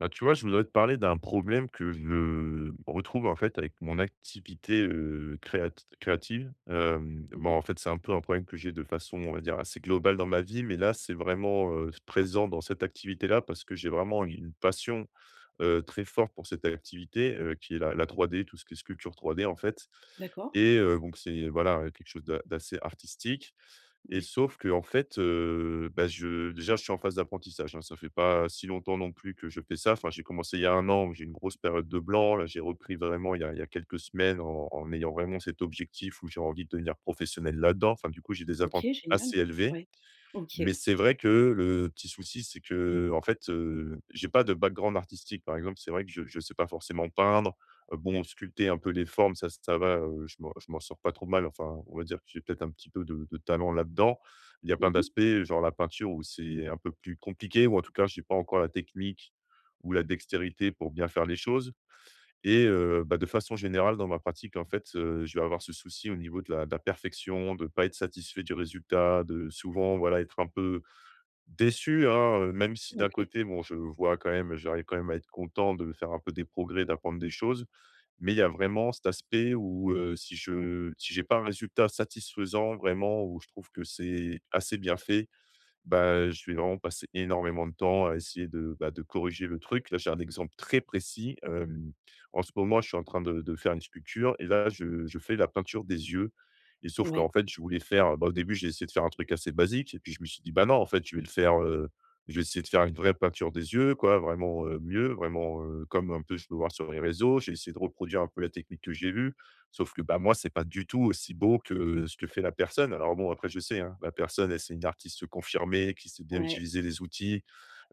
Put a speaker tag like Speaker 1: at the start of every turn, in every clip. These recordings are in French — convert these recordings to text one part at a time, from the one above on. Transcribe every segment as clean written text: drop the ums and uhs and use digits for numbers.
Speaker 1: Bah, tu vois, je voudrais te parler d'un problème que je retrouve en fait avec mon activité, créative. Hem,
Speaker 2: Mmh
Speaker 1: bon,
Speaker 2: mh.
Speaker 1: en fait, c'est un peu un problème que j'ai de façon, on va dire, assez globale dans ma vie, mais là, c'est vraiment, présent dans cette activité-là parce que j'ai vraiment une passion très forte pour cette activité, qui est la 3D, tout ce qui est sculpture 3D, en fait.
Speaker 2: D'accord.
Speaker 1: Et donc c'est, voilà, quelque chose d'assez artistique. Et
Speaker 2: Ouais.
Speaker 1: sauf que en fait, bah, je déjà, je suis en phase d'apprentissage, hein. Ça fait pas si longtemps non plus que je fais ça. Enfin, j'ai commencé il y a un an. J'ai une grosse période de blanc. Là, j'ai repris vraiment il y a quelques semaines en ayant vraiment cet objectif où j'ai envie de devenir professionnel là-dedans. Enfin, du coup, j'ai des attentes
Speaker 2: OK, génial.
Speaker 1: assez élevées.
Speaker 2: Ouais. OK.
Speaker 1: Mais c'est vrai que le petit souci, c'est que en fait, j'ai pas de background artistique. Par exemple, c'est vrai que je sais pas forcément peindre. Bon, sculpter un peu les formes, ça ça va, je m'en sors pas trop mal. Enfin, on va dire que j'ai peut-être un petit peu de talent là-dedans. Il y a plein
Speaker 2: Mmh mh.
Speaker 1: d'aspects, genre la peinture où c'est un peu plus compliqué ou en tout cas, j'ai pas encore la technique ou la dextérité pour bien faire les choses. Et bah, de façon générale dans ma pratique, en fait, je vais avoir ce souci au niveau de la perfection, de ne pas être satisfait du résultat, de souvent, voilà, être un peu déçu, hein, même si d'un
Speaker 2: OK.
Speaker 1: côté, bon, je vois quand même j'arrive quand même à être content de faire un peu des progrès, d'apprendre des choses, mais il y a vraiment cet aspect où, si j'ai pas un résultat satisfaisant vraiment, où je trouve que c'est assez bien fait, bah, je vais vraiment passer énormément de temps à essayer de corriger le truc. Là, j'ai un exemple très précis. En ce moment, je suis en train de faire une sculpture et là, je fais la peinture des yeux et sauf qu'en
Speaker 2: Ouais,
Speaker 1: fait, je voulais faire, bah, au début, j'ai essayé de faire un truc assez basique et puis je me suis dit: «Bah non, en fait, je vais le faire, je vais essayer de faire une vraie peinture des yeux, quoi, vraiment, mieux, vraiment, comme un peu je peux voir sur les réseaux». J'ai essayé de reproduire un peu la technique que j'ai vue. Sauf que, bah, moi, c'est pas du tout aussi beau que ce que fait la personne. Alors bon, après, je sais, hein, la personne, elle, c'est une artiste confirmée qui sait bien
Speaker 2: ouais.
Speaker 1: utiliser les outils,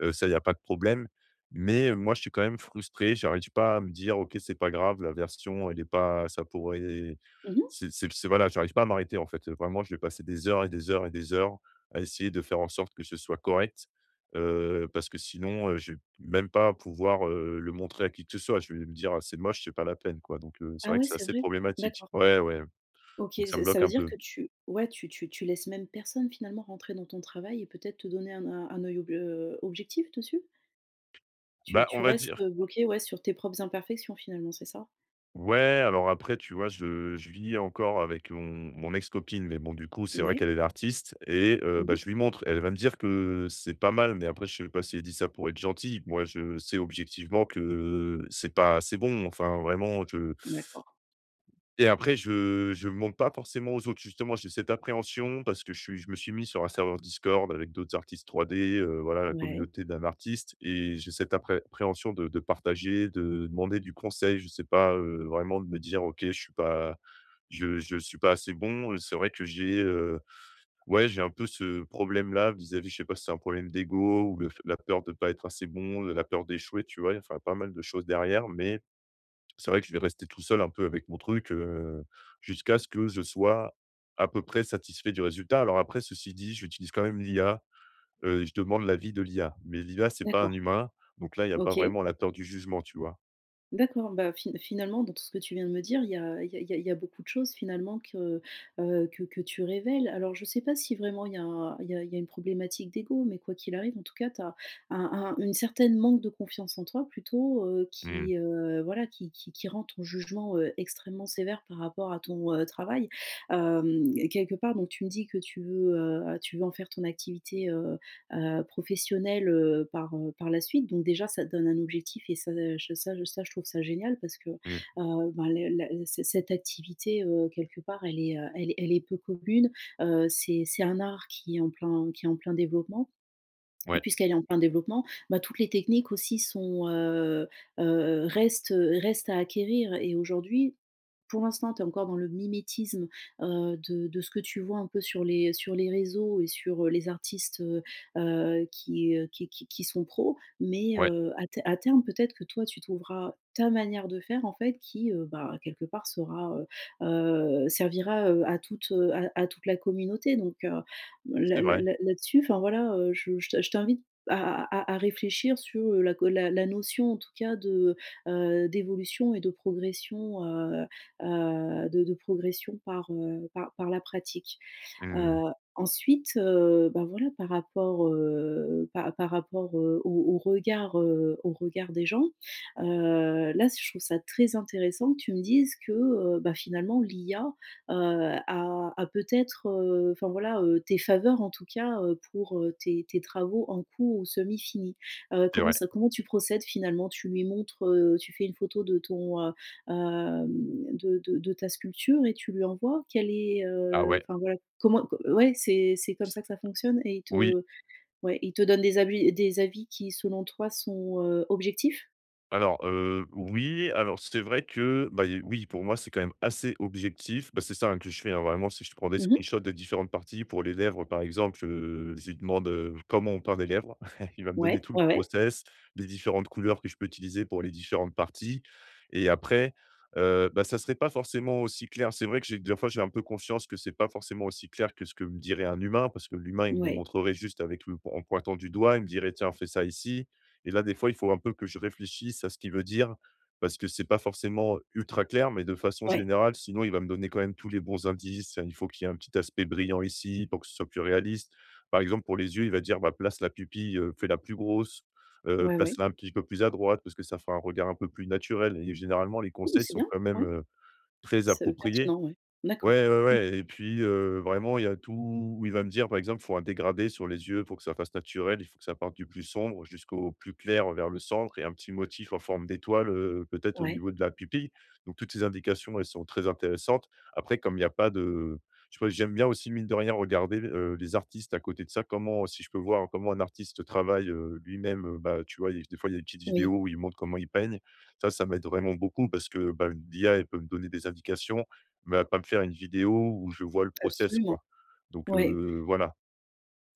Speaker 1: ça, il y a pas de problème. Mais moi, je suis quand même frustré, j'arrive pas à me dire: «OK, c'est pas grave, la version, elle est pas ça pourrait».
Speaker 2: Mmh mh.
Speaker 1: C'est, voilà, j'arrive pas à m'arrêter, en fait. Vraiment, je vais passer des heures et des heures et des heures à essayer de faire en sorte que ce soit correct, parce que sinon, je vais même pas pouvoir, le montrer à qui que ce soit. Je vais me dire: «Ah c'est moche, c'est pas la peine quoi», donc c'est
Speaker 2: Ah
Speaker 1: vrai que
Speaker 2: ouais,
Speaker 1: c'est
Speaker 2: c'est
Speaker 1: assez
Speaker 2: vrai?
Speaker 1: problématique.
Speaker 2: D'accord.
Speaker 1: Ouais, ouais,
Speaker 2: OK,
Speaker 1: donc ça me
Speaker 2: ça
Speaker 1: bloque
Speaker 2: veut
Speaker 1: un
Speaker 2: dire
Speaker 1: peu.
Speaker 2: que tu ouais, tu laisses même personne finalement rentrer dans ton travail et peut-être te donner un œil ob objectif dessus? Tu
Speaker 1: Bah, on
Speaker 2: tu
Speaker 1: va
Speaker 2: restes,
Speaker 1: dire,
Speaker 2: bloqué, ouais, sur tes propres imperfections finalement, c'est ça?
Speaker 1: ouais, alors après, tu vois, je vis encore avec mon ex-copine, mais bon, du coup, c'est vrai
Speaker 2: Ouais.
Speaker 1: qu'elle est l'artiste et
Speaker 2: Mmh
Speaker 1: bah,
Speaker 2: mh.
Speaker 1: je lui montre. Elle va me dire que c'est pas mal, mais après, je sais pas si elle dit ça pour être gentille. Moi, je sais objectivement que c'est pas assez bon. Enfin, vraiment, je.
Speaker 2: D'accord.
Speaker 1: Et après je montre pas forcément aux autres. Justement, j'ai cette appréhension parce que je me suis mis sur un serveur Discord avec d'autres artistes 3D, voilà, la
Speaker 2: Ouais.
Speaker 1: communauté d'un artiste et j'ai cette appréhension de partager, de demander du conseil. Je sais pas, vraiment de me dire: «OK, je suis pas assez bon». C'est vrai que j'ai, ouais, j'ai un peu ce problème-là vis-à-vis, je sais pas si c'est un problème d'ego ou le f la peur de pas être assez bon, la peur d'échouer, tu vois? Il y a Enfin, pas mal de choses derrière, mais c'est vrai que je vais rester tout seul un peu avec mon truc, jusqu'à ce que je sois à peu près satisfait du résultat. Alors après, ceci dit, j'utilise quand même l'IA, je demande l'avis de l'IA. Mais l'IA, c'est pas un
Speaker 2: D'accord.
Speaker 1: humain, donc là, il y a pas
Speaker 2: OK.
Speaker 1: vraiment la peur du jugement, tu vois?
Speaker 2: D'accord, bah, finalement, dans tout ce que tu viens de me dire, il y a il y a il y a il y a beaucoup de choses finalement que tu révèles. Alors je ne sais pas si vraiment il y a un il y a une problématique d'ego, mais quoi qu'il arrive, en tout cas, tu as une certaine manque de confiance en toi plutôt,
Speaker 1: Mmh,
Speaker 2: qui, voilà, qui rend ton jugement, extrêmement sévère par rapport à ton, travail. Quelque part, donc tu me dis que tu veux en faire ton activité, professionnelle, par la suite. Donc déjà, ça te donne un objectif et ça, je trouve ça génial parce que,
Speaker 1: mmh,
Speaker 2: ben, le la c cette activité, quelque part, elle est peu commune. C'est un art qui est en plein développement et
Speaker 1: ouais,
Speaker 2: puisqu'elle est en plein développement, bah, toutes les techniques aussi heu, restent, restent à acquérir et aujourd'hui, pour l'instant, tu es encore dans le mimétisme, de ce que tu vois un peu sur les réseaux et sur, les artistes, qui sont pros. Mais,
Speaker 1: ouais,
Speaker 2: à terme, peut-être que toi, tu trouveras ta manière de faire, en fait, qui, bah, quelque part servira, à toute la communauté donc.
Speaker 1: c'est
Speaker 2: Là là
Speaker 1: vrai.
Speaker 2: là là-dessus, enfin voilà, je t'invite à réfléchir sur, la notion en tout cas de, d'évolution et de progression par la pratique.
Speaker 1: Mmh,
Speaker 2: Heu, ensuite, bah, voilà, par rapport, au regard des gens, là, je trouve ça très intéressant que tu me dises que, bah, finalement l'IA, heu, a peut-être, enfin, voilà, tes faveurs en tout cas, pour, tes travaux en cours ou semi-finis.
Speaker 1: c'est vrai.
Speaker 2: Comment tu procèdes finalement? Tu lui montres, tu fais une photo de ton, hem, de ta sculpture et tu lui envoies? Quelle est,
Speaker 1: Ah ouais,
Speaker 2: enfin, voilà Comment ouais, c'est comme ça que ça fonctionne et ils
Speaker 1: oui.
Speaker 2: te ouais, ils te donnent des avis qui, selon toi, sont, objectifs?
Speaker 1: Alors, oui, alors c'est vrai que, bah, y oui, pour moi, c'est quand même assez objectif. Bah, c'est ça, hein, que je fais, hein, vraiment, si je prends des
Speaker 2: Mmh.
Speaker 1: screenshots des différentes parties. Pour les lèvres, par exemple, je lui demande, comment on peint des lèvres. Il va me donner
Speaker 2: Ouais,
Speaker 1: tout le
Speaker 2: ouais, ouais.
Speaker 1: process, les différentes couleurs que je peux utiliser pour les différentes parties et après, bah, ça serait pas forcément aussi clair. C'est vrai que j'ai des fois, j'ai un peu conscience que c'est pas forcément aussi clair que ce que me dirait un humain parce que l'humain, il me
Speaker 2: Ouais,
Speaker 1: montrerait juste avec le en pointant du doigt, il me dirait: «Tiens, fais ça ici». Et là, des fois, il faut un peu que je réfléchisse à ce qu'il veut dire parce que c'est pas forcément ultra clair, mais de façon
Speaker 2: ouais,
Speaker 1: générale, sinon il va me donner quand même tous les bons indices. Il faut qu'il y ait un petit aspect brillant ici pour que ce soit plus réaliste. Par exemple, pour les yeux, il va dire, bah, place la pupille, fais-la plus grosse,
Speaker 2: ouais, ouais.
Speaker 1: place-la un petit peu plus à droite parce que ça fera un regard un peu plus naturel, et généralement les
Speaker 2: Oui, mais
Speaker 1: conseils
Speaker 2: c'est
Speaker 1: sont
Speaker 2: bien,
Speaker 1: quand même,
Speaker 2: ouais,
Speaker 1: très
Speaker 2: c'est
Speaker 1: appropriés.
Speaker 2: pertinent, ouais. D'accord.
Speaker 1: Ouais, ouais,
Speaker 2: Mmh.
Speaker 1: ouais, et puis, vraiment, il y a tout où il va me dire, par exemple, il faut un dégradé sur les yeux pour que ça fasse naturel. Il faut que ça parte du plus sombre jusqu'au plus clair vers le centre et un petit motif en forme d'étoile, peut-être au
Speaker 2: Ouais,
Speaker 1: niveau de la pupille. Donc toutes ces indications, elles sont très intéressantes. Après, comme il y a pas de je sais pas, j'aime bien aussi, mine de rien, regarder, les artistes à côté de ça. Comment, si je peux voir comment un artiste travaille, lui-même, bah, tu vois, il des fois, il y a des petites
Speaker 2: oui,
Speaker 1: vidéos où il montre comment il peigne. Ça m'aide vraiment beaucoup parce que, bah, l'IA, elle peut me donner des indications mais à pas me faire une vidéo où je vois le process,
Speaker 2: absolument.
Speaker 1: quoi. Donc,
Speaker 2: Ouais.
Speaker 1: voilà,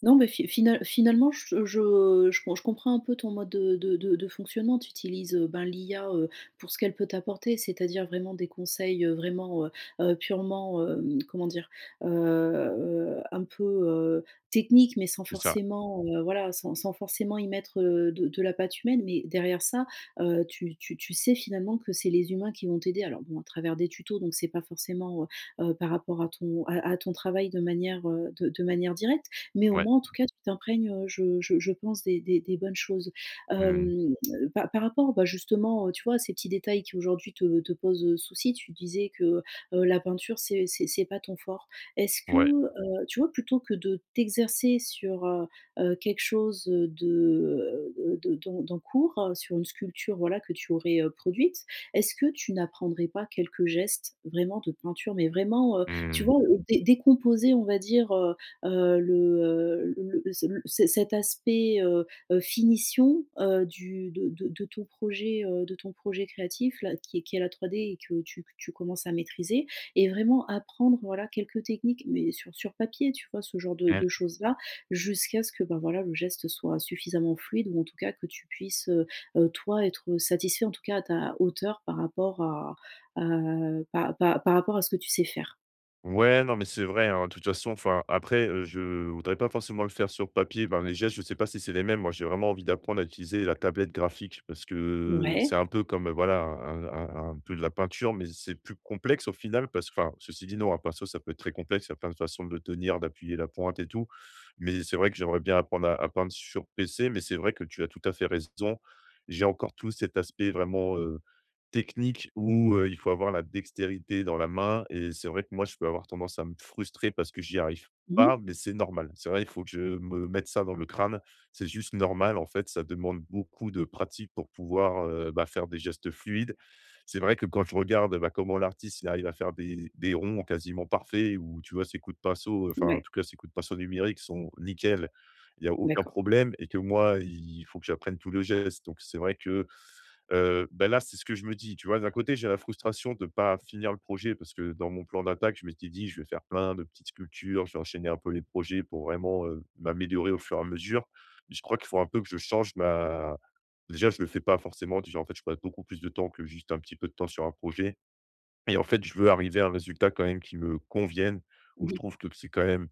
Speaker 2: Non, mais fi final finalement, je comprends un peu ton mode de fonctionnement. Tu utilises, ben, l'IA, pour ce qu'elle peut t'apporter, c'est-à-dire vraiment des conseils, vraiment, purement, comment dire? Un peu, heu, techniques, mais sans
Speaker 1: c'est ça.
Speaker 2: forcément, voilà, sans forcément y mettre, de la patte humaine. Mais derrière ça, tu sais finalement que c'est les humains qui vont t'aider. Alors bon, à travers des tutos, donc c'est pas forcément, par rapport à ton travail de manière directe mais au
Speaker 1: Ouais.
Speaker 2: moins, en tout cas, tu t'imprègnes, je pense des bonnes choses.
Speaker 1: Mmh.
Speaker 2: Hem, par par rapport, bah, justement, tu vois, ces petits détails qui aujourd'hui te posent, souci, tu disais que, la peinture, c'est pas ton fort. Est-ce que,
Speaker 1: Ouais.
Speaker 2: tu vois, plutôt que de t'exercer sur, quelque chose, de d'en d'en cours, sur une sculpture, voilà, que tu aurais, produite, est-ce que tu n'apprendrais pas quelques gestes vraiment de peinture, mais vraiment, tu
Speaker 1: Mmh.
Speaker 2: vois, dé décomposer, on va dire, heu, le, le ce cet aspect, finition, du de ton projet créatif là, qui est la 3D et que tu commences à maîtriser et vraiment apprendre, voilà, quelques techniques, mais sur papier, tu vois? Ce genre de
Speaker 1: Mmh.
Speaker 2: de choses-là, jusqu'à ce que, ben, voilà, le geste soit suffisamment fluide ou en tout cas que tu puisses, toi, être satisfait, en tout cas à ta hauteur par rapport à ce que tu sais faire.
Speaker 1: Ouais, non, mais c'est vrai, hein, de toute façon, enfin, après, je voudrais pas forcément le faire sur papier. Ben, les gestes, je sais pas si c'est les mêmes. Moi, j'ai vraiment envie d'apprendre à utiliser la tablette graphique parce que
Speaker 2: Ouais.
Speaker 1: c'est un peu comme, voilà, un peu de la peinture, mais c'est plus complexe au final parce que, enfin, ceci dit, non, un pinceau, ça peut être très complexe. Il y a plein de façons de le tenir, d'appuyer la pointe et tout. Mais c'est vrai que j'aimerais bien apprendre à peindre sur PC, mais c'est vrai que tu as tout à fait raison. J'ai encore tout cet aspect vraiment technique où, il faut avoir la dextérité dans la main et c'est vrai que moi, je peux avoir tendance à me frustrer parce que j'y arrive
Speaker 2: Mmh.
Speaker 1: pas, mais c'est normal. C'est vrai, il faut que je me mette ça dans le crâne. C'est juste normal, en fait, ça demande beaucoup de pratique pour pouvoir, bah, faire des gestes fluides. C'est vrai que quand je regarde, bah, comment l'artiste, il arrive à faire des ronds quasiment parfaits, ou tu vois, ses coups de pinceau, enfin, en
Speaker 2: Ouais,
Speaker 1: tout cas, ses coups de pinceau numériques sont nickel. Il y a aucun
Speaker 2: d'accord.
Speaker 1: problème et que moi, il faut que j'apprenne tous les gestes, donc c'est vrai que bah, là, c'est ce que je me dis, tu vois? D'un côté, j'ai la frustration de ne pas finir le projet parce que dans mon plan d'attaque, je m'étais dit: «Je vais faire plein de petites sculptures, je vais enchaîner un peu les projets pour vraiment, m'améliorer au fur et à mesure». Je crois qu'il faut un peu que je change ma déjà, je ne le fais pas forcément, déjà, en fait, je passe beaucoup plus de temps que juste un petit peu de temps sur un projet. Et en fait, je veux arriver à un résultat quand même qui me convienne, où je
Speaker 2: Mmh.
Speaker 1: trouve que c'est quand même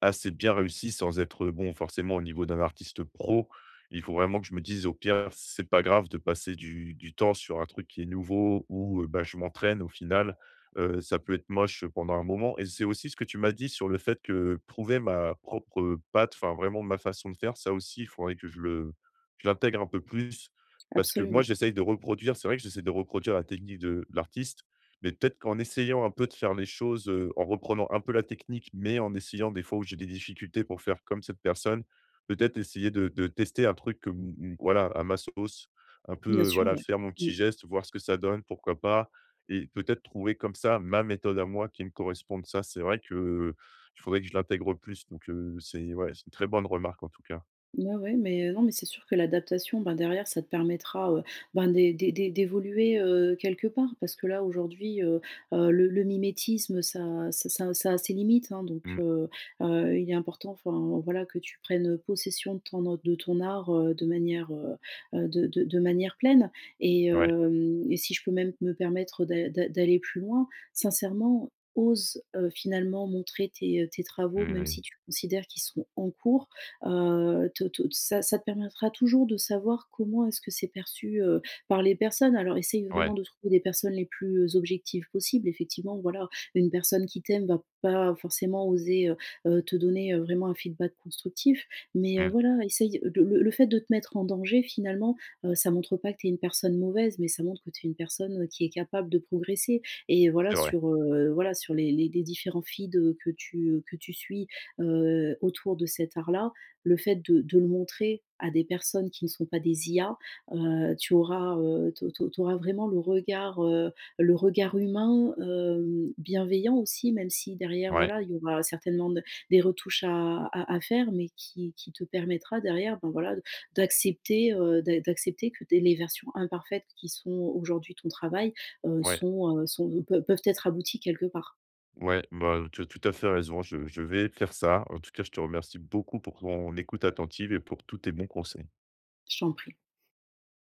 Speaker 1: assez bien réussi sans être, bon, forcément au niveau d'un artiste pro. Il faut vraiment que je me dise, au pire, c'est pas grave de passer du temps sur un truc qui est nouveau ou, bah, je m'entraîne au final, ça peut être moche pendant un moment, et c'est aussi ce que tu m'as dit sur le fait que prouver ma propre, patte, enfin vraiment ma façon de faire, ça aussi, il faudrait que je l'intègre un peu plus, parce que moi,
Speaker 2: Absolument,
Speaker 1: j'essaye de reproduire c'est vrai que j'essaie de reproduire la technique de l'artiste, mais peut-être qu'en essayant un peu de faire les choses, en reprenant un peu la technique, mais en essayant des fois où j'ai des difficultés pour faire comme cette personne, peut-être essayer de tester un truc, voilà, à ma sauce, un
Speaker 2: bien
Speaker 1: peu,
Speaker 2: sûr,
Speaker 1: voilà,
Speaker 2: ouais.
Speaker 1: faire mon
Speaker 2: Mmh.
Speaker 1: petit geste, voir ce que ça donne, pourquoi pas? Et peut-être trouver comme ça ma méthode à moi qui me corresponde. Ça, c'est vrai que, il faudrait que je l'intègre plus. Donc, c'est ouais, c'est une très bonne remarque en tout cas.
Speaker 2: Ouais, ouais, mais non, mais c'est sûr que l'adaptation, ben, derrière, ça te permettra, ben, d'évoluer, quelque part. Parce que là, aujourd'hui, le mimétisme, ça a ses limites, hein. Donc
Speaker 1: Mmh,
Speaker 2: heu heu, il est important, enfin, voilà, que tu prennes, possession de ton art, de manière, de manière pleine. Et
Speaker 1: ouais,
Speaker 2: hem et si je peux même me permettre d'aller plus loin, sincèrement, ose, finalement montrer tes travaux, même
Speaker 1: mmh,
Speaker 2: si tu considères qu'ils sont en cours. Te te ça ça te permettra toujours de savoir comment est-ce que c'est perçu, par les personnes. Alors essaye
Speaker 1: ouais,
Speaker 2: vraiment de trouver des personnes les plus objectives possibles. Effectivement, voilà, une personne qui t'aime va pas forcément oser, te donner, vraiment un feedback constructif. Mais,
Speaker 1: mmh,
Speaker 2: voilà, essaye le fait de te mettre en danger finalement, ça montre pas que tu es une personne mauvaise, mais ça montre que tu es une personne, qui est capable de progresser et voilà
Speaker 1: c'est vrai.
Speaker 2: sur, heu, voilà sur les différents feeds, que tu suis, autour de cet art-là, le fait de le montrer à des personnes qui ne sont pas des IA, tu auras vraiment le regard humain, bienveillant aussi, même si derrière,
Speaker 1: Ouais,
Speaker 2: voilà, il y aura certainement de des retouches à faire, mais qui te permettra derrière, ben, voilà, de d'accepter, d'a d'accepter que des les versions imparfaites qui sont aujourd'hui ton travail,
Speaker 1: ouais.
Speaker 2: sont, sont peu peuvent être abouties quelque part.
Speaker 1: Ouais, bah, tu as tout à fait raison. Je vais faire ça. En tout cas, je te remercie beaucoup pour ton écoute attentive et pour tous tes bons conseils.
Speaker 2: Je t'en prie.